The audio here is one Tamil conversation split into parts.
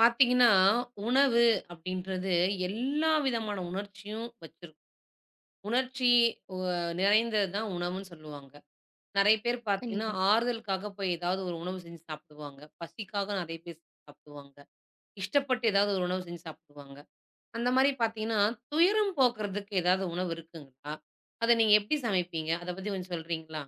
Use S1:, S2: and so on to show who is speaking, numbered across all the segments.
S1: பார்த்தீங்கன்னா, உணவு அப்படின்றது எல்லா விதமான உணர்ச்சியும் வச்சிருக்கும். உணர்ச்சி ஒ நிறைந்தது தான் உணவுன்னு சொல்லுவாங்க. நெறைய பேர் பார்த்தீங்கன்னா,
S2: கண்டிப்பா.
S1: ஆறுதலுக்காக போய் ஏதாவது ஒரு உணவு செஞ்சு சாப்பிடுவாங்க. பசிக்காக நெறைய பேர் சாப்பிடுவாங்க. இஷ்டப்பட்டு ஏதாவது ஒரு உணவு செஞ்சு சாப்பிடுவாங்க. அந்த மாரி பார்த்தீங்கன்னா, துயரம் போக்குறதுக்கு ஏதாவது உணவு இருக்குங்களா? அத நீங்க எப்படி சமைப்பீங்க? அத பத்தி கொஞ்சம் சொல்றீங்களா?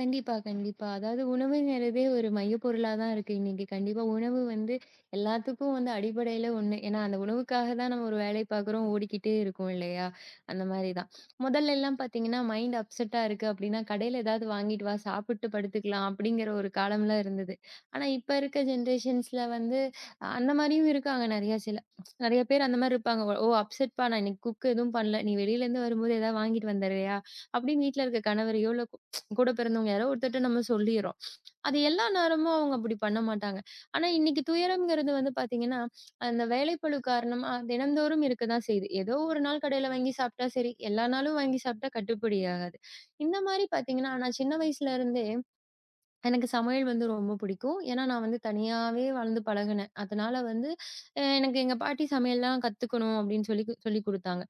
S2: கண்டிப்பா, கண்டிப்பா. அதாவது உணவுங்கிறதே ஒரு மையப்பொருளா தான் இருக்கு இன்னைக்கு. கண்டிப்பா உணவு வந்து எல்லாத்துக்கும் வந்து அடிப்படையில ஒண்ணு. ஏன்னா, அந்த உணவுக்காக தான் நம்ம ஒரு வேலை பார்க்குறோம், ஓடிக்கிட்டே இருக்கோம் இல்லையா? அந்த மாரி தான். முதல்ல எல்லாம் பார்த்தீங்கன்னா, மைண்ட் அப்செட்டா இருக்கு அப்படின்னா, கடையில ஏதாவது வாங்கிட்டு வா, சாப்பிட்டு படுத்துக்கலாம் அப்படிங்கிற ஒரு காலம்லாம் இருந்தது. ஆனா, இப்ப இருக்க ஜெனரேஷன்ஸ்ல வந்து அந்த மாரியும் இருக்காங்க நெறையா சில. நெறைய பேர் அந்த மாரி இருப்பாங்க. "ஓ! அப்செட்ப்பா நான் இன்னைக்கு குக் எதுவும் பண்ணல. நீ வெளியிலேருந்து வரும்போது ஏதாவது வாங்கிட்டு வந்துடுறியா?" அப்படின்னு வீட்ல இருக்க கணவரையோ, இல்ல கூட பிறந்தவங்க யாரோ ஒருத்தர்ட்ட நம்ம சொல்லிர்றோம். அது எல்லா நேரமும் அவங்க அப்படி பண்ண மாட்டாங்க. ஆனா இன்னைக்கு துயரம்ங்கிறது வந்து பார்த்தீங்கன்னா, அந்த வேலைப்பளு காரணமா தினந்தோறும் இருக்க தான் செய்யுது. ஏதோ ஒரு நாள் கடையில வாங்கி சாப்பிட்டா சரி, எல்லா நாளும் வாங்கி சாப்பிட்டா கட்டுப்படி ஆகாது. இந்த மாரி பார்த்தீங்கன்னா, நான் சின்ன வயசுல இருந்தே எனக்கு சமையல் வந்து ரொம்ப பிடிக்கும். ஏன்னா, நான் வந்து தனியாவே வளர்ந்து பழகுனேன். அதனால வந்து எனக்கு எங்க பாட்டி சமையல்லாம் கத்துக்கணும் அப்படின்னு சொல்லி சொல்லிக் குடுத்தாங்க.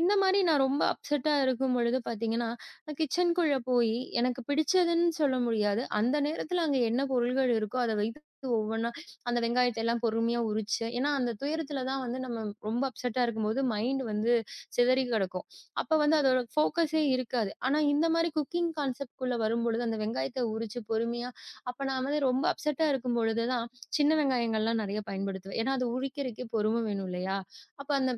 S2: இந்த மாரி நான் ரொம்ப அப்செட்டா இருக்கும்பொழுது பார்த்தீங்கன்னா, நான் கிச்சனுக்குள்ள போயி எனக்கு பிடிச்சதுன்னு சொல்ல முடியாது. அந்த நேரத்துல அங்க என்ன பொருள்கள் இருக்கோ, அத வைத்து ஒவ்வொன்னா அந்த வெங்காயத்த எல்லாம் பொறுமையா உரிச்சு ஏன்னா, அந்த துயரத்துல தான் வந்து நம்ம ரொம்ப அப்செட்டா இருக்கும்போது மைண்ட் வந்து சிதறி கிடக்கும். அப்ப வந்து அதோட ஃபோக்கஸே இருக்காது. ஆனா இந்த மாரி குக்கிங் கான்செப்ட் குள்ள வரும்பொழுது, அந்த வெங்காயத்த உரிச்சு பொறுமையா அப்ப நான் வந்து ரொம்ப அப்செட்டா இருக்கும்பொழுது தான், சின்ன வெங்காயங்கள்லாம் நெறைய பயன்படுத்துவேன். ஏன்னா, அது உரிக்கிறதுக்கே பொறும வேணும் இல்லையா? அப்ப அந்த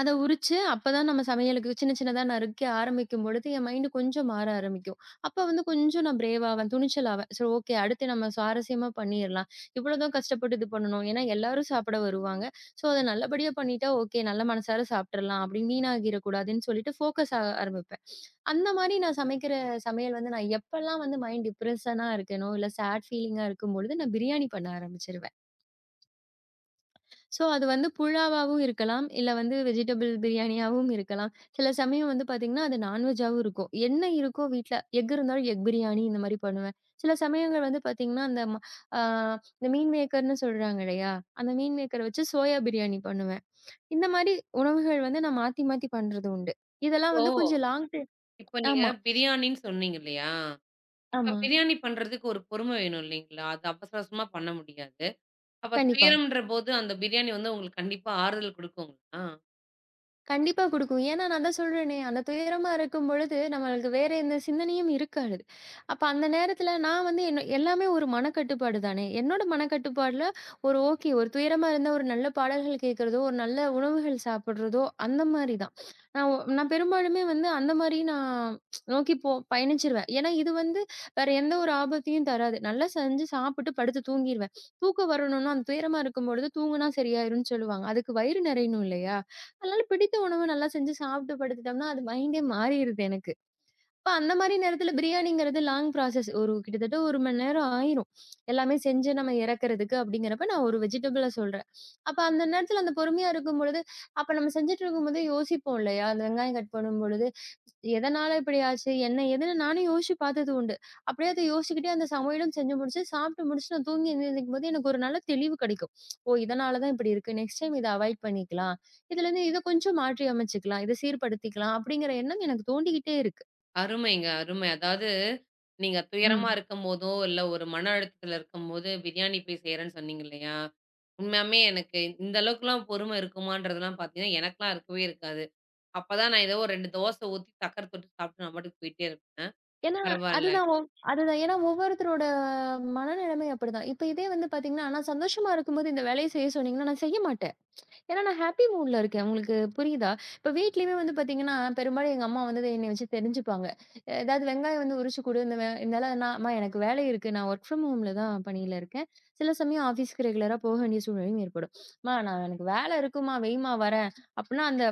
S2: அத உரிச்சு, அப்பதான் நம்ம சமையலுக்கு சின்ன சின்னதா நறுக்க ஆரம்பிக்கும்பொழுது, என் மைண்ட் கொஞ்சம் மாற ஆரம்பிக்கும். அப்ப வந்து கொஞ்சம் நான் பிரேவ் ஆவேன், துணிச்சலாவேன். சரி ஓகே, அடுத்து நம்ம சுவாரஸ்யமா பண்ணிரலாம். இவ்வளோதான் கஷ்டப்பட்டு இது பண்ணணும். ஏன்னா எல்லாரும் சாப்பிட வருவாங்க. ஸோ, அத நல்லபடியா பண்ணிட்டா ஓகே, நல்ல மனசார சாப்ட்டுறலாம். அப்படி வீணாகிரக்கூடாதுன்னு சொல்லிட்டு ஃபோக்கஸ் ஆக ஆரம்பிப்பேன். அந்த மாரி நான் சமைக்கிற சமையல் வந்து நான் எப்பலாம் வந்து மைண்ட் டிப்ரஷனா இருக்கேனோ, இல்ல சேட் ஃபீலிங்கா இருக்கும்பொழுது நான் பிரியாணி பண்ண ஆரம்பிச்சுருவேன். ஸோ, அது வந்து புலாவாவும் இருக்கலாம். இல்ல வந்து வெஜிடபிள் பிரியாணியாவும் இருக்கலாம். சில சமயம் வந்து பார்த்தீங்கன்னா, அது நான்வெஜ்ஜாவும் இருக்கும். என்ன இருக்கோ வீட்ல எக் இருந்தாலும் எக் பிரியாணி இந்த மாரி பண்ணுவேன். சில சமயங்கள் வந்து பார்த்தீங்கன்னா, அந்த ம ஆ இந்த மீன் மேக்கர்ன்னு சொல்றாங்க இல்லையா? அந்த மீன் மேக்கர வச்சு சோயா பிரியாணி பண்ணுவேன். இந்த மாரி உணவுகள் வந்து நான் மாத்தி மாத்தி பண்றது உண்டு. இதெல்லாம்
S1: இப்போ
S2: வந்து கொஞ்சம் லாங் டை
S1: இப்போ நீங்க
S2: ஆமா,
S1: பிரியாணின்னு சொன்னீங்க இல்லையா? இப்ப
S2: ஆமா.
S1: பிரியாணி பண்றதுக்கு ஒரு பொறுமை வேணும் இல்லைங்களா? அது அவசர அவசரமா பண்ண முடியாது. அப்ப
S2: கண்டிப்பா.
S1: துயரம்ன்றபோது, அந்த பிரியாணி வந்து உங்களுக்கு கண்டிப்பா ஆறுதல் குடுக்குங்களா?
S2: கண்டிப்பா குடுக்கும். ஏன்னா நான் தான் சொல்றேனே, அந்த துயரமா இருக்கும்பொழுது, நம்மளுக்கு வேற எந்த சிந்தனையும் இருக்காது. அப்ப அந்த நேரத்துல நான் வந்து என்ன எல்லாமே ஒரு மனக்கட்டுப்பாடு தானே! என்னோட மனக்கட்டுப்பாடுல ஒரு ஓகே, ஒரு துயரமா இருந்தா ஒரு நல்ல பாடல்கள் கேட்கிறதோ, ஒரு நல்ல உணவுகள் சாப்பிடுறதோ, அந்த மாரி தான். நான் பெரும்பாலுமே வந்து அந்த மாரி நான் நோக்கி பயணிச்சுருவேன். ஏன்னா இது வந்து வேற எந்த ஒரு ஆபத்தையும் தராது. நல்லா செஞ்சு சாப்பிட்டு படுத்து தூங்கிருவேன். தூக்கம் வரணும்னா, அந்த துயரமா இருக்கும்பொழுது தூங்குனா சரியாயிரும்ன்னு சொல்லுவாங்க. அதுக்கு வயிறு நெறையணும் இல்லையா? அதனால பிடித்த உணவு நல்லா செஞ்சு சாப்பிட்டு படுத்துட்டோம்னா, அது மைண்டே மாறிருது எனக்கு. இப்ப அந்த மாரி நேரத்துல பிரியாணிங்கிறது லாங் ப்ராசஸ். ஒரு கிட்டத்தட்ட 1 மணி நேரம் ஆயிரும். எல்லாமே செஞ்சு நம்ம இறக்குறதுக்கு அப்படிங்கிறப்ப நான் ஒரு வெஜிடபிள சொல்றேன். அப்ப அந்த நேரத்துல அந்த பொறுமையா இருக்கும்பொழுது, அப்ப நம்ம செஞ்சுட்டு இருக்கும்போது யோசிப்போம் இல்லையா? அந்த வெங்காயம் கட் பண்ணும்பொழுது, எதனால இப்படி ஆச்சு? என்ன ஏதுன்னு நானும் யோசிச்சு பார்த்தது உண்டு. அப்படியே அத யோசிச்சுக்கிட்டே அந்த சமையலும் செஞ்சு முடிச்சு, சாப்பிட்டு முடிச்சுட்டு நான் தூங்கி எந்திரிக்கும்போது எனக்கு ஒரு நல்ல தெளிவு கிடைக்கும். ஓ! இதனால தான் இப்படி இருக்கு. நெக்ஸ்ட் டைம் இத அவாய்ட் பண்ணிக்கலாம். இதுலருந்து இத கொஞ்சம் மாற்றி அமைச்சுக்கலாம். இத சீர்படுத்திக்கலாம். அப்படிங்கிற எண்ணம் எனக்கு தோண்டிக்கிட்டே இருக்கு.
S1: அருமைங்க, அருமை. அதாவது நீங்க துயரமா
S2: ம்.
S1: இருக்கும்போதோ, இல்ல ஒரு மன அழுத்தத்துல இருக்கும்போது, பிரியாணி போய் செய்றேன்னு சொன்னீங்க இல்லையா? உண்மையாமே எனக்கு இந்த அளவுக்குலாம் பொறுமை இருக்குமான்றதெல்லாம் பார்த்தீங்கன்னா, எனக்கெல்லாம் இருக்கவே இருக்காது. அப்பதான் நான் ஏதோ ஒரு 2 தோசை ஊத்தி, சக்கர தொட்டு சாப்பிட்டு நான் பாட்டுக்கு போயிட்டே இருப்பேன்.
S2: ஏன்னா,
S1: பரவால்ல.
S2: அதுதான். ஏன்னா ஒவ்வொருத்தரோட மனநிலைமை அப்படிதான். இப்ப இதே வந்து பார்த்தீங்கன்னா, நான் சந்தோஷமா இருக்கும்போது இந்த வேலைய செய்ய சொன்னீங்கன்னா, நான் செய்ய மாட்டேன். ஏன்னா நான் ஹாப்பி மூட்ல இருக்கேன். உங்களுக்கு புரியுதா? இப்ப வீட்லயுமே வந்து பாத்தீங்கன்னா, பெரும்பாலும் எங்க அம்மா வந்து என்னைய வச்சு தெரிஞ்சுப்பாங்க. ஏதாவது வெங்காயம் வந்து உரிச்சு குடு, இந்த வெ இருந்தாலும் நான் அம்மா எனக்கு வேலை இருக்கு. நான் வொர்க் ஃப்ரம் ஹோம்ல தான் பணியில இருக்கேன். சில சமயம் ஆஃபீஸ்க்கு ரெகுலரா போக வேண்டிய சூழ்நிலையும் ஏற்படும். "அம்மா நான் எனக்கு வேலை இருக்கும்மா, வைம்மா வரேன்." அப்படீன்னா அந்த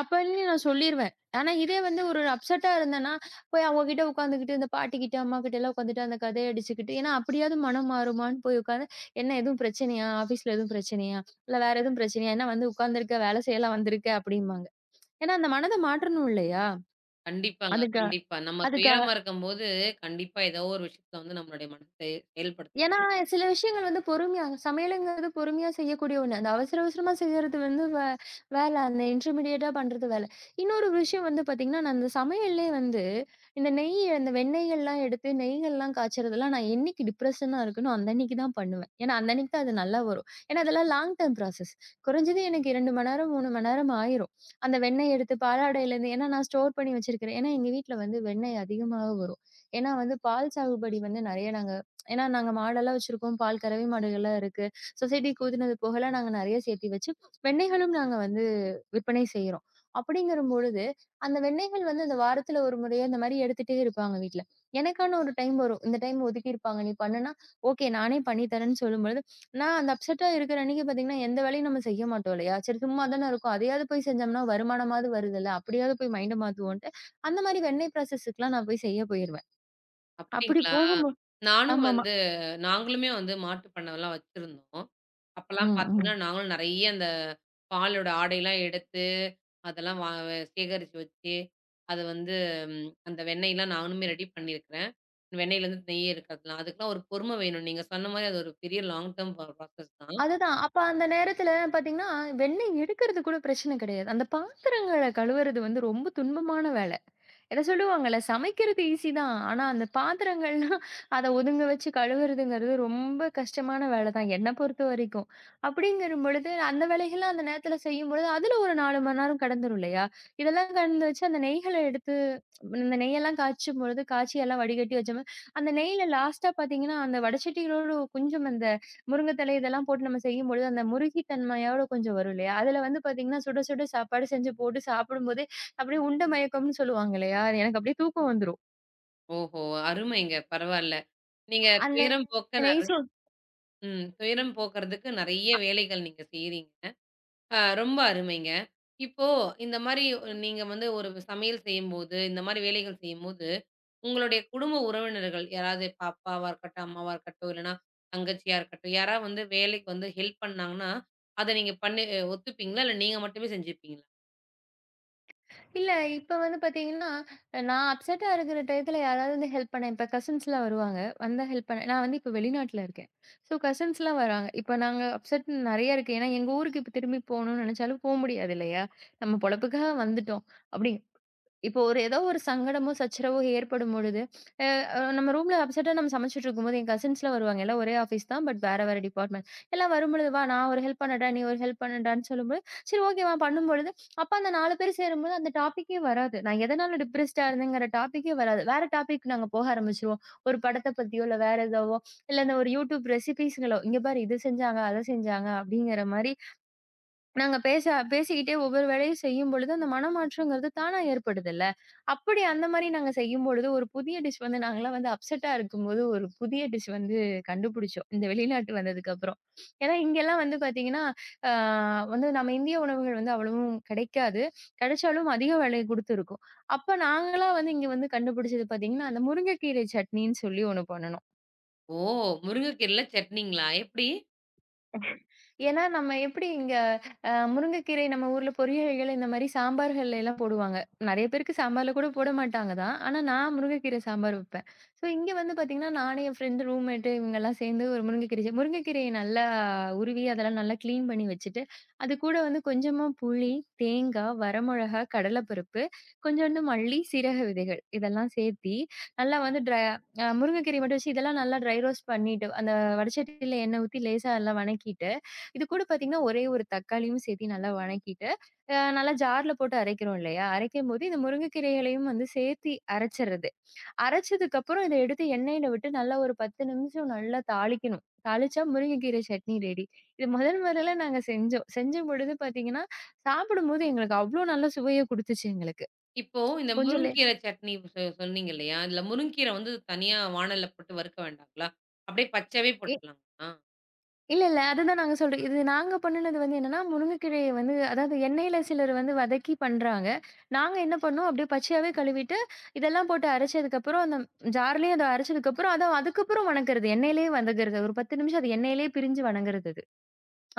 S2: அப்பன்னு நான் சொல்லிருவேன். ஆனா இதே வந்து ஒரு அப்செட்டா இருந்தேன்னா, போய் அவங்க கிட்ட உட்காந்துக்கிட்டு, இந்த பாட்டிகிட்ட, அம்மாகிட்ட எல்லாம் உட்காந்துட்டு அந்த கதைய அடிச்சுக்கிட்டு ஏன்னா, "அப்படியாவது மனம் மாறுமான்னு" போய் உட்காந்து, "என்ன எதுவும் பிரச்சனையா? ஆஃபீஸ்ல எதுவும் பிரச்சனையா?" இல்ல வேற எதுவும் பிரச்சனையா? என்ன வந்து உட்கார்ந்திருக்க, வேலை செய்யலாம் வந்திருக்க அப்படிம்பாங்க. ஏன்னா அந்த மனத மாற்றணும் இல்லையா?
S1: கண்டிப்பாங்க,
S2: அதுக்கா
S1: கண்டிப்பா. நம்ம
S2: அதுக்கா
S1: துயரமா இருக்கும்போது, கண்டிப்பா ஏதோ ஒரு விஷயத்துல வந்து நம்மளுடைய மனச செயல்படுத்தும்.
S2: ஏன்னா, சில விஷயங்கள் வந்து பொறுமையா சமையலுங்கிறது பொறுமையா செய்யக்கூடிய ஒண்ணு. அந்த அவசர அவசரமா செய்யறது வந்து வேல. அந்த இன்டர்மீடியேட்டா பண்றது வேல. இன்னொரு விஷயம் வந்து பாத்தீங்கன்னா, நான் அந்த சமையல்லயே வந்து இந்த நெய் அந்த வெண்ணெய்கள்லாம் எடுத்து நெய்கள்லாம் காய்ச்சறதெல்லாம் நான் என்னைக்கு டிப்ரஷனா இருக்கேனோ, அந்த அன்னைக்கு தான் பண்ணுவேன். ஏன்னா, அந்த அன்னைக்கு தான் அது நல்லா வரும். ஏன்னா, அதெல்லாம் லாங் டர்ம் ப்ராசஸ். குறைஞ்சது எனக்கு 2 மணி நேரம், 3 மணி நேரம் ஆயிரும். அந்த வெண்ணெய் எடுத்து பாலாடையிலேருந்து ஏன்னா நான் ஸ்டோர் பண்ணி வச்சிருக்கிறேன். ஏன்னா, எங்க வீட்ல வந்து வெண்ணெய் அதிகமா வரும். ஏன்னா வந்து பால் சாகுபடி வந்து நெறைய நாங்க ஏன்னா நாங்க மாடெல்லாம் வச்சிருக்கோம். பால் கறவை மாடுகள்லாம் இருக்கு. சொசைட்டிக்கு ஊத்துனது போகலாம் நாங்க நெறைய சேர்த்தி வச்சு, வெண்ணெய்களும் நாங்க வந்து விற்பனை செய்றோம். அப்படிங்கிறம்பொழுது, அந்த வெண்ணெய்கள் வந்து அந்த வாரத்துல ஒரு முறையோ இந்த மாரி எடுத்துட்டே இருப்பாங்க வீட்ல. எனக்கான ஒரு டைம் வரும். இந்த டைம் ஒதுக்கியிருப்பாங்க. நீ பண்ணுனா, ஓகே நானே பண்ணி தரேன்னு சொல்லும்பொழுது, நான் அந்த அப்செட்டா இருக்கிற அன்னைக்கு பார்த்தீங்கன்னா, எந்த வேலையும் நம்ம செய்ய மாட்டோம் இல்லையா? சரி சும்மா தானே இருக்கோம். அதையாவது போய் செஞ்சோம்னா வருமானமாவது வருதுல்ல. அப்படியாவது போய் மைண்ட மாத்துவோன்ட்டு, அந்த மாரி வெண்ணெய் ப்ராசஸ்க்குலாம் நான் போய் செய்ய போயிருவேன். அப்படி
S1: அப்டிங்களா?
S2: போகும்போ
S1: நானும்
S2: ஆமாமா.
S1: வந்து நாங்களுமே வந்து மாட்டு பண்ணைலாம் வச்சிருந்தோம்.
S2: ம்,
S1: அப்பலாம் பார்த்தீங்கன்னா,
S2: ம்.
S1: நாங்களும் நெறைய அந்த பாலோட ஆடைலாம் எடுத்து, அதெல்லாம் சேகரிச்சு வச்சு, அது வந்து அந்த வெண்ணெய்லாம் நானுமே ரெடி பண்ணியிருக்கிறேன். வெண்ணெயிலேருந்து நெய் எடுக்கிறதுலாம். அதுக்கெல்லாம் ஒரு பொறுமை வேணும். நீங்க சொன்ன மாரி அது ஒரு பெரிய லாங் டெர்ம் ப்ராசஸ் தான்.
S2: அதுதான். அப்ப அந்த நேரத்துல பாத்தீங்கன்னா, வெண்ணெய் எடுக்கிறது கூட பிரச்சனை கிடையாது. அந்த பாத்திரங்கள கழுவுறது வந்து ரொம்ப துன்பமான வேல. ஏதோ சொல்லுவாங்கல்ல, சமைக்கிறது ஈஸி தான். ஆனா, அந்த பாத்திரங்கள்லாம் அத ஒதுங்க வச்சு கழுவுறதுங்கிறது ரொம்ப கஷ்டமான வேலை தான், என்ன பொறுத்தவரைக்கும். அப்படிங்கிரும் பொழுது, அந்த வேலைகள்லாம் அந்த நேரத்துல செய்யும்பொழுது, அதுல ஒரு 4 மணி நேரம் கடந்துரும் இல்லையா? இதெல்லாம் கடந்து வச்சு, அந்த நெய்கள எடுத்து அந்த நெய்யெல்லாம் காய்ச்சும் பொழுது, காய்ச்சி எல்லாம் வடிகட்டி வச்சோம்னா, அந்த நெய்யில லாஸ்ட்டா பாத்தீங்கன்னா, அந்த வடச்சட்டிகளோடு கொஞ்சம் அந்த முருங்கை தழை இதெல்லாம் போட்டு நம்ம செய்யும்பொழுது, அந்த முருகி தன்மையோட கொஞ்சம் வரும் இல்லையா? அதுல வந்து பாத்தீங்கன்னா, சுட சுட சாப்பாடு செஞ்சு போட்டு சாப்பிடும்போதே அப்படியே உண்ட மயக்கம்ன்னு சொல்லுவாங்க இல்லையா? எனக்கு அப்படியே தூக்கம் வந்துரும்.
S1: ஓஹோ! அருமைங்க. பரவால்ல. நீங்க
S2: அந்த
S1: துயரம் போக்க
S2: நைட் ஷோ
S1: ம் துயரம் போக்குறதுக்கு நெறைய வேலைகள் நீங்க செய்றீங்க. ரொம்ப அருமைங்க. இப்போ இந்த மாரி நீங்க வந்து ஒரு சமையல் செய்யும்போது, இந்த மாரி வேலைகள் செய்யும்போது, உங்களுடைய குடும்ப உறவினர்கள் யாராவது பாப்பாவா இருக்கட்டும், அம்மாவா இருக்கட்டும், இல்லன்னா தங்கச்சியா இருக்கட்டும், யாராவது வந்து வேலைக்கு வந்து ஹெல்ப் பண்ணாங்கன்னா, அத நீங்க பண்ணி ஒத்துப்பீங்களா? இல்ல நீங்க மட்டுமே செஞ்சுப்பீங்களா?
S2: இல்ல இப்ப வந்து பார்த்தீங்கன்னா, நான் அப்செட்டா இருக்கிற டயத்துல யாராவது வந்து ஹெல்ப் பண்ண இப்ப கசின்ஸ்லாம் வருவாங்க. வந்தா ஹெல்ப் பண்ண நான் வந்து இப்ப வெளிநாட்டுல இருக்கேன். ஸோ கசின்ஸ்லாம் வராங்க. இப்ப நாங்க அப்செட் நெறைய இருக்கு. ஏன்னா எங்க ஊருக்கு இப்ப திரும்பி போணும்னு நெனச்சாலும் போ முடியாது இல்லையா? நம்ம பொழப்புக்காக வந்துட்டோம். அப்படி இப்போ ஒரு ஏதோ ஒரு சங்கடமோ, சச்சரவோ ஏற்படும் பொழுது, அ அ நம்ம ரூம்ல அப்செட்டா நம்ம சமைச்சுட்டு இருக்கும்போது, என் கசின்ஸ்லாம் வருவாங்க. எல்லாம் ஒரே ஆஃபீஸ் தான். பட் வேற வேற டிபார்ட்மெண்ட். எல்லாம் வரும்பொழுது, "வா நான் ஒரு ஹெல்ப் பண்ணட்டா, நீ ஒரு ஹெல்ப் பண்ணட்டான்னு" சொல்லும்போது, சரி ஓகே வா பண்ணும்பொழுது, அப்ப அந்த 4 பேர் சேரும்போது அந்த டாபிக்கே வராது. நான் எதனால டிப்ரெஸ்ட்டா இருந்தேங்கிற டாபிக்கே வராது. வேற டாபிக் நாங்க போக ஆரம்பிச்சுருவோம். ஒரு படத்த பத்தியோ, இல்ல வேற எதாவோ, இல்ல இந்த ஒரு யூடியூப் ரெசிபீஸ்களோ, "இங்க பாரு இது செஞ்சாங்க, அத செஞ்சாங்க" அப்படிங்கிற மாரி நாங்க பேசிக்கிட்டே ஒவ்வொரு வேலையும் செய்யும்பொழுது, அந்த மனமாற்றம்ங்கிறது தானா ஏற்படுதுல்ல. அப்படி அந்த மாரி நாங்க செய்யும்பொழுது, ஒரு புதிய டிஷ் வந்து நாங்கலாம் வந்து அப்செட்டா இருக்கும்போது, ஒரு புதிய டிஷ் வந்து கண்டுபிடிச்சோம். இந்த வெளிநாட்டு வந்ததுக்கப்புறம். ஏன்னா இங்கலாம் வந்து பார்த்தீங்கன்னா, ஆ வந்து நம்ம இந்திய உணவுகள் வந்து அவ்வளவும் கிடைக்காது. கிடைச்சாலும் அதிக விலை குடுத்து இருக்கும். அப்ப நாங்களா வந்து இங்க வந்து கண்டுபிடிச்சது பார்த்தீங்கன்னா, அந்த முருங்கைக்கீரை சட்னின்னு சொல்லி ஒண்ணு பண்ணுனோம்.
S1: ஓ! முருங்கைக்கீரைல சட்னிங்களா? எப்படி?
S2: ஏன்னா, நம்ம எப்படி இங்க முருங்கைக்கீரை நம்ம ஊர்ல பொரியல்கள் இந்த மாரி சாம்பார்கள்ல எல்லாம் போடுவாங்க. நெறைய பேருக்கு சாம்பார்ல கூட போட மாட்டாங்க தான். ஆனா, நான் முருங்கைக்கீரை சாம்பார் வைப்பேன். ஸோ இங்க வந்து பார்த்தீங்கன்னா, நானு என் ஃப்ரெண்டு ரூம்மேட்டு இவங்கலாம் சேர்ந்து ஒரு முருங்கைக்கீரைய நல்லா உருவி அதெல்லாம் நல்லா கிளீன் பண்ணி வச்சுட்டு, அது கூட வந்து கொஞ்சமா புளி, தேங்கா, வரமிளகா, கடலைப்பருப்பு, கொஞ்சோண்டு மல்லி, சீரக விதைகள் இதெல்லாம் சேர்த்தி, நல்லா வந்து ட்ர அ முருங்கைக்கீரைய மட்டும் வச்சு இதெல்லாம் நல்லா ட்ரை ரோஸ்ட் பண்ணிட்டு, அந்த வடச்சட்டியில எண்ணெய் ஊத்தி லேசா எல்லாம் வணக்கிட்டு இது கூட பார்த்தீங்கன்னா, ஒரே ஒரு தக்காளியும் சேர்த்து நல்லா வணக்கிட்டு, நல்லா ஜார்ல போட்டு அரைக்கிறோம் இல்லையா? அரைக்கும்போது இந்த முருங்கைக்கீரைகளையும் வந்து சேர்த்தி அரைச்சர்றது. அரைச்சதுக்கப்புறம் இத எடுத்து எண்ணெயில விட்டு நல்லா ஒரு 10 நிமிஷம் நல்லா தாளிக்கணும். தாளிச்சா முருங்கைக்கீரை சட்னி ரெடி. இது முதல் முதல்ல நாங்க செஞ்சோம். செஞ்ச பொழுது பார்த்தீங்கன்னா, சாப்பிடும்போது எங்களுக்கு அவ்ளோ நல்ல சுவைய குடுத்துச்சு எங்களுக்கு.
S1: இப்போ இந்த
S2: கொஞ்சம்
S1: முருங்கக்கீரை சட்னி சொன்னீங்க இல்லையா? இதுல முருங்கக்கீரை வந்து தனியா வாணல்ல போட்டு வறுக்க வேண்டாங்களா? அப்படியே பச்சவே போட்டுரலாங்களா?
S2: இல்ல, இல்ல. அதுதான் நாங்க சொல்றோம். இது நாங்க பண்ணுனது வந்து என்னன்னா, முருங்கைக்கீரைய வந்து அதாவது எண்ணெயில சிலர் வந்து வதக்கி பண்றாங்க. நாங்க என்ன பண்ணோம், அப்படியே பச்சையாவே கழுவிட்டு, இதெல்லாம் போட்டு அரைச்சதுக்கப்புறம், அந்த ஜார்லயே அத அரைச்சதுக்கப்புறம், அத அதுக்கப்புறம் வணங்குறது. எண்ணெயிலேயே வதங்குறது. ஒரு 10 நிமிஷம் அது எண்ணெயிலேயே பிரிஞ்சு வணங்குறது அது.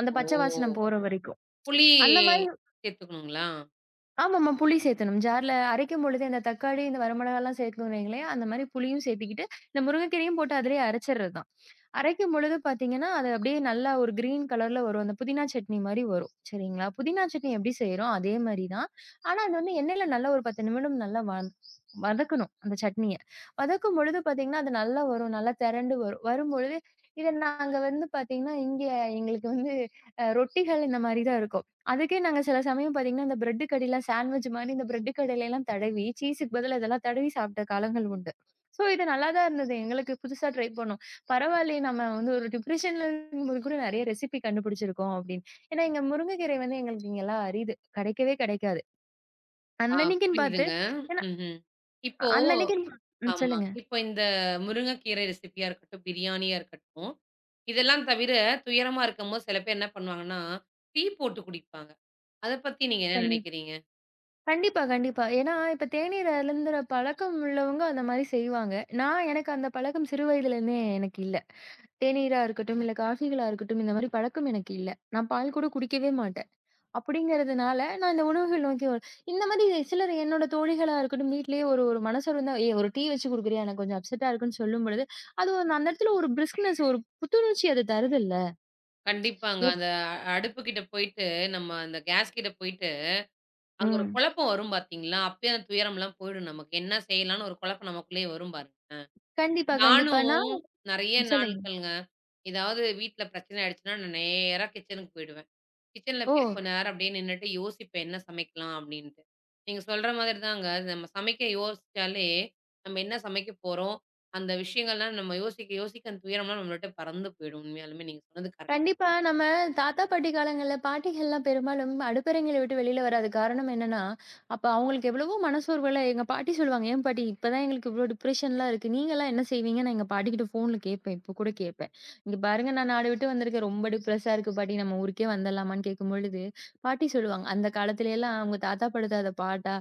S2: அந்த பச்சை வாசனம்
S1: ஓ!
S2: போற வரைக்கும்.
S1: புளி
S2: அந்த மாரி
S1: சேர்த்துக்கணுங்களா?
S2: ஆமாமா. புளி சேத்தணும். ஜார்ல அரைக்கும் பொழுது இந்த தக்காளி, இந்த வரமிளகாலாம் சேர்க்கணும்னு வைங்களேன், அந்த மாரி புளியும் சேர்த்துக்கிட்டு, இந்த முருங்கைக்கீரையும் போட்டு அதிலேயே அரைச்சர்றது தான். அரைக்கும் பொழுது பார்த்தீங்கன்னா, அது அப்படியே நல்லா ஒரு கிரீன் கலர்ல வரும். அந்த புதினா சட்னி மாரி வரும். சரிங்களா? புதினா சட்னி எப்படி செய்றோம், அதே மாரி தான். ஆனா அது வந்து எண்ணெயில நல்லா ஒரு 10 நிமிடம் நல்லா வதக்கணும், அந்த சட்னிய. வதக்கும் பொழுது பார்த்தீங்கன்னா, அது நல்லா வரும். நல்லா திரண்டு வரும். வரும்பொழுது இத நாங்க வந்து பார்த்தீங்கன்னா, இங்க எங்களுக்கு வந்து ரொட்டிகள் இந்த மாரி தான் இருக்கும். அதுக்கே நாங்க சில சமயம் பார்த்தீங்கன்னா, இந்த பிரெட் கடையில சாண்ட்விச் மாரி இந்த பிரெட் கடையிலலாம் தடவி, சீஸுக்கு பதிலா இதெல்லாம் தடவி சாப்பிட்ட காலங்கள் உண்டு. ஸோ இது நல்லா தான் இருந்தது. எங்களுக்கு புதுசா ட்ரை பண்ணோம். பரவாயில்லையே நம்ம வந்து ஒரு டிப்ரஷன்ல இருக்கும்போது கூட நெறைய ரெசிபி கண்டுபிடிச்சிருக்கோம் அப்படின்னு. ஏன்னா எங்க முருங்கைக்கீரை வந்து எங்களுக்கு இங்கலாம் அரிது. கெடைக்கவே கெடைக்காது.
S1: ஆ
S2: அன்னன்னைக்குன்னு பார்த்து
S1: புரியுதுங்க.
S2: ஏன்னா
S1: ம்ஹ்ம். இப்போ
S2: அன்னன்னைக்குன்னு ம்
S1: ஆமா.
S2: சொல்லுங்க.
S1: இப்போ இந்த முருங்கைக்கீரை ரெசிபியா இருக்கட்டும், பிரியாணியா இருக்கட்டும், இதெல்லாம் தவிர துயரமா இருக்கும்போது சில பேர் என்ன பண்ணுவாங்கன்னா, டீ போட்டு குடிப்பாங்க. அத பத்தி நீங்க என்ன
S2: கண்டிப்பா.
S1: நினைக்கிறீங்க?
S2: கண்டிப்பா, கண்டிப்பா. ஏன்னா, இப்ப தேநீர் அருந்துற பழக்கம் உள்ளவங்க அந்த மாரி செய்வாங்க. நான் எனக்கு அந்த பழக்கம் சிறு வயதிலேருந்தே எனக்கு இல்ல. தேநீரா இருக்கட்டும், இல்ல காஃபிகளா இருக்கட்டும், இந்த மாரி பழக்கம் எனக்கு இல்ல. நான் பால் கூட குடிக்கவே மாட்டேன். அப்படிங்கிறதுனால, நான் இந்த உணவுகள் நோக்கி ஒரு இந்த மாரி சிலர் என்னோட தோழிகளா இருக்கட்டும், வீட்லயே ஒரு ஒரு மனசொருந்தா, "ஏய் ஒரு டீ வச்சு குடுக்குறியா? எனக்கு கொஞ்சம் அப்செட்டா இருக்குன்னு" சொல்லும்பொழுது, அது ஒரு- அந்த இடத்துல ஒரு பிரிஸ்க்னஸ், ஒரு புத்துணர்ச்சி அது தருதுல்ல.
S1: கண்டிப்பாங்க.
S2: எப்
S1: அந்த அடுப்பு கிட்ட போயிட்டு நம்ம அந்த கேஸ் கிட்ட போயிட்டு, அங்க ஒரு
S2: ம்.
S1: குழப்பம் வரும் பார்த்தீங்களா? அப்பயே அந்த துயரம்லாம் போயிடும் நமக்கு. என்ன செய்யலான்னு ஒரு குழப்பம் நமக்குள்ளேயே வரும் பாருங்க.
S2: கண்டிப்பா, கண்டிப்பா.
S1: நானும்
S2: நான்
S1: நெறைய
S2: சொல்லுங்க.
S1: நாட்கள்ங்க, ஏதாவது வீட்ல பிரச்சனை ஆயிடுச்சுன்னா, நான் நேரா கிச்சனுக்கு போயிடுவேன். கிச்சன்ல
S2: ஓ!
S1: போய் கொஞ்ச நேரம் அப்படியே நின்னுட்டு யோசிப்பேன் என்ன சமைக்கலாம் அப்படின்ட்டு. நீங்க சொல்ற மாதிரி தாங்க. நம்ம சமைக்க யோசிச்சாலே, நம்ம என்ன சமைக்க போறோம்? அந்த விஷயங்கள்லாம் நம்ம யோசிக்க யோசிக்க அந்த துயரம்லாம் நம்மள விட்டு பறந்து போயிடும். உண்மையாலுமே நீங்க சொன்னது கரெக்ட்.
S2: கண்டிப்பா. நம்ம தாத்தா, பாட்டி காலங்கள்ல பாட்டிகள்லாம் பெரும்பாலும் அடுப்பறைங்கள விட்டு வெளில வராத காரணம் என்னன்னா, அப்ப அவங்களுக்கு எவ்வளவோ மனசோர்வுல எங்க பாட்டி சொல்லுவாங்க, "ஏன் பாட்டி இப்பதான் எங்களுக்கு இவ்ளோ டிப்ரஷன்லாம் இருக்கு. நீங்கலாம் என்ன செய்வீங்க?" நான் எங்க பாட்டிகிட்ட ஃபோன்ல கேட்பேன். இப்போ கூட கேட்பேன். "இங்க பாருங்க நான் நாடு விட்டு வந்திருக்கேன். ரொம்ப டிப்ரஸா இருக்கு பாட்டி. நம்ம ஊருக்கே வந்துடலாமான்னு?" கேட்கும்பொழுது, பாட்டி சொல்லுவாங்க, "அந்த காலத்துலலாம் அவங்க தாத்தா படுத்த அத பாட்டா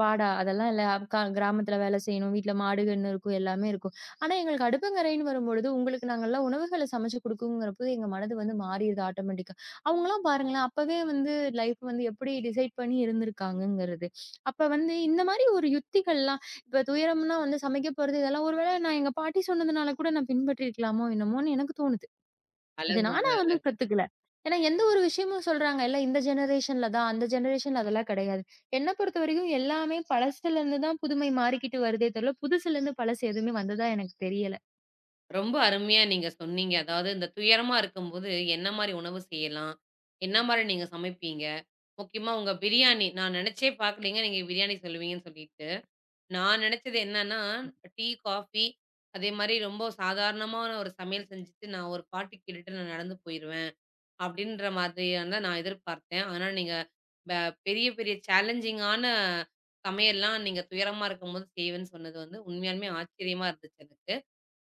S2: பாடா அதெல்லாம் இல்ல. கிராமத்துல வேலை செய்யணும். வீட்ல மாடு, கன்னு இருக்கும். எல்லாமே இருக்கும். ஆனா எங்களுக்கு அடுப்பங்கரைன்னு வரும்பொழுது, உங்களுக்கு நாங்கலாம் உணவுகள சமைச்சு குடுக்குங்கிறப்போ, எங்க மனது வந்து மாறிருது ஆட்டோமேட்டிக்கா. அவங்கலாம் பாருங்களேன், அப்பவே வந்து லைஃப் வந்து எப்படி டிசைட் பண்ணி இருந்திருக்காங்கங்கிறது. அப்ப வந்து இந்த மாரி ஒரு யுக்திகள்லாம் இப்ப துயரம்னா வந்து சமைக்க போறது இதெல்லாம் ஒரு வேள நான் எங்க பாட்டி சொன்னதுனால கூட நான் பின்பற்றியிருக்கலாமோ என்னமோன்னு எனக்கு தோணுது. இது
S1: அழகுங்க
S2: நானா வந்து
S1: அழகு.
S2: கத்துக்கல. ஏன்னா எந்த ஒரு விஷயமும் சொல்றாங்க, இல்ல இந்த ஜெனரேஷன்ல தான், அந்த ஜெனரேஷன்ல அதெல்லாம் கிடையாது. என்ன பொறுத்தவரைக்கும் எல்லாமே பழசுலருந்து தான் புதுமை மாறிக்கிட்டு வருதே தவிர, புதுசுலருந்து பழசு எதுவுமே வந்ததா எனக்கு தெரியல.
S1: ரொம்ப அருமையா நீங்க சொன்னீங்க. அதாவது இந்த துயரமா இருக்கும்போது என்ன மாரி உணவு செய்யலாம்? என்ன மாரி நீங்க சமைப்பீங்க? முக்கியமா உங்க பிரியாணி. நான் நினைச்சே பார்க்கலங்க நீங்க பிரியாணி சொல்லுவீங்கன்னு சொல்லிட்டு. நான் நினைச்சது என்னன்னா, டீ, காஃபி அதே மாரி ரொம்ப சாதாரணமான ஒரு சமையல் செஞ்சுட்டு, நான் ஒரு பாட்டு கேட்டுட்டு நான் நடந்து போயிருவேன். அப்படின்ற மாதிரியான தான் நான் எதிர்பார்த்தேன். ஆனா நீங்க ப பெரிய, பெரிய சேலஞ்சிங்கான சமையல்லாம் நீங்க துயரமா இருக்கும்போது செய்வேன்னு சொன்னது வந்து உண்மையாலுமே ஆச்சரியமா இருந்துச்சு எனக்கு.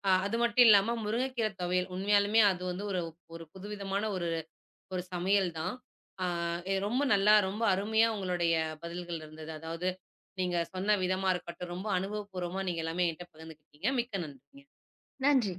S1: அது மட்டும் இல்லாம முருங்கைக்கீரை துவையல் உண்மையாலுமே அது வந்து ஒரு ஒரு புதுவிதமான ஒரு ஒரு சமையல் தான். ஆ எ ரொம்ப நல்லா, ரொம்ப அருமையா உங்களுடைய பதில்கள் இருந்தது. அதாவது, நீங்க சொன்ன விதமா இருக்கட்டும், ரொம்ப அனுபவபூர்வமா நீங்க எல்லாமே என்ட்ட பகிர்ந்துக்கிட்டீங்க. மிக்க நன்றிங்க.
S2: நன்றி.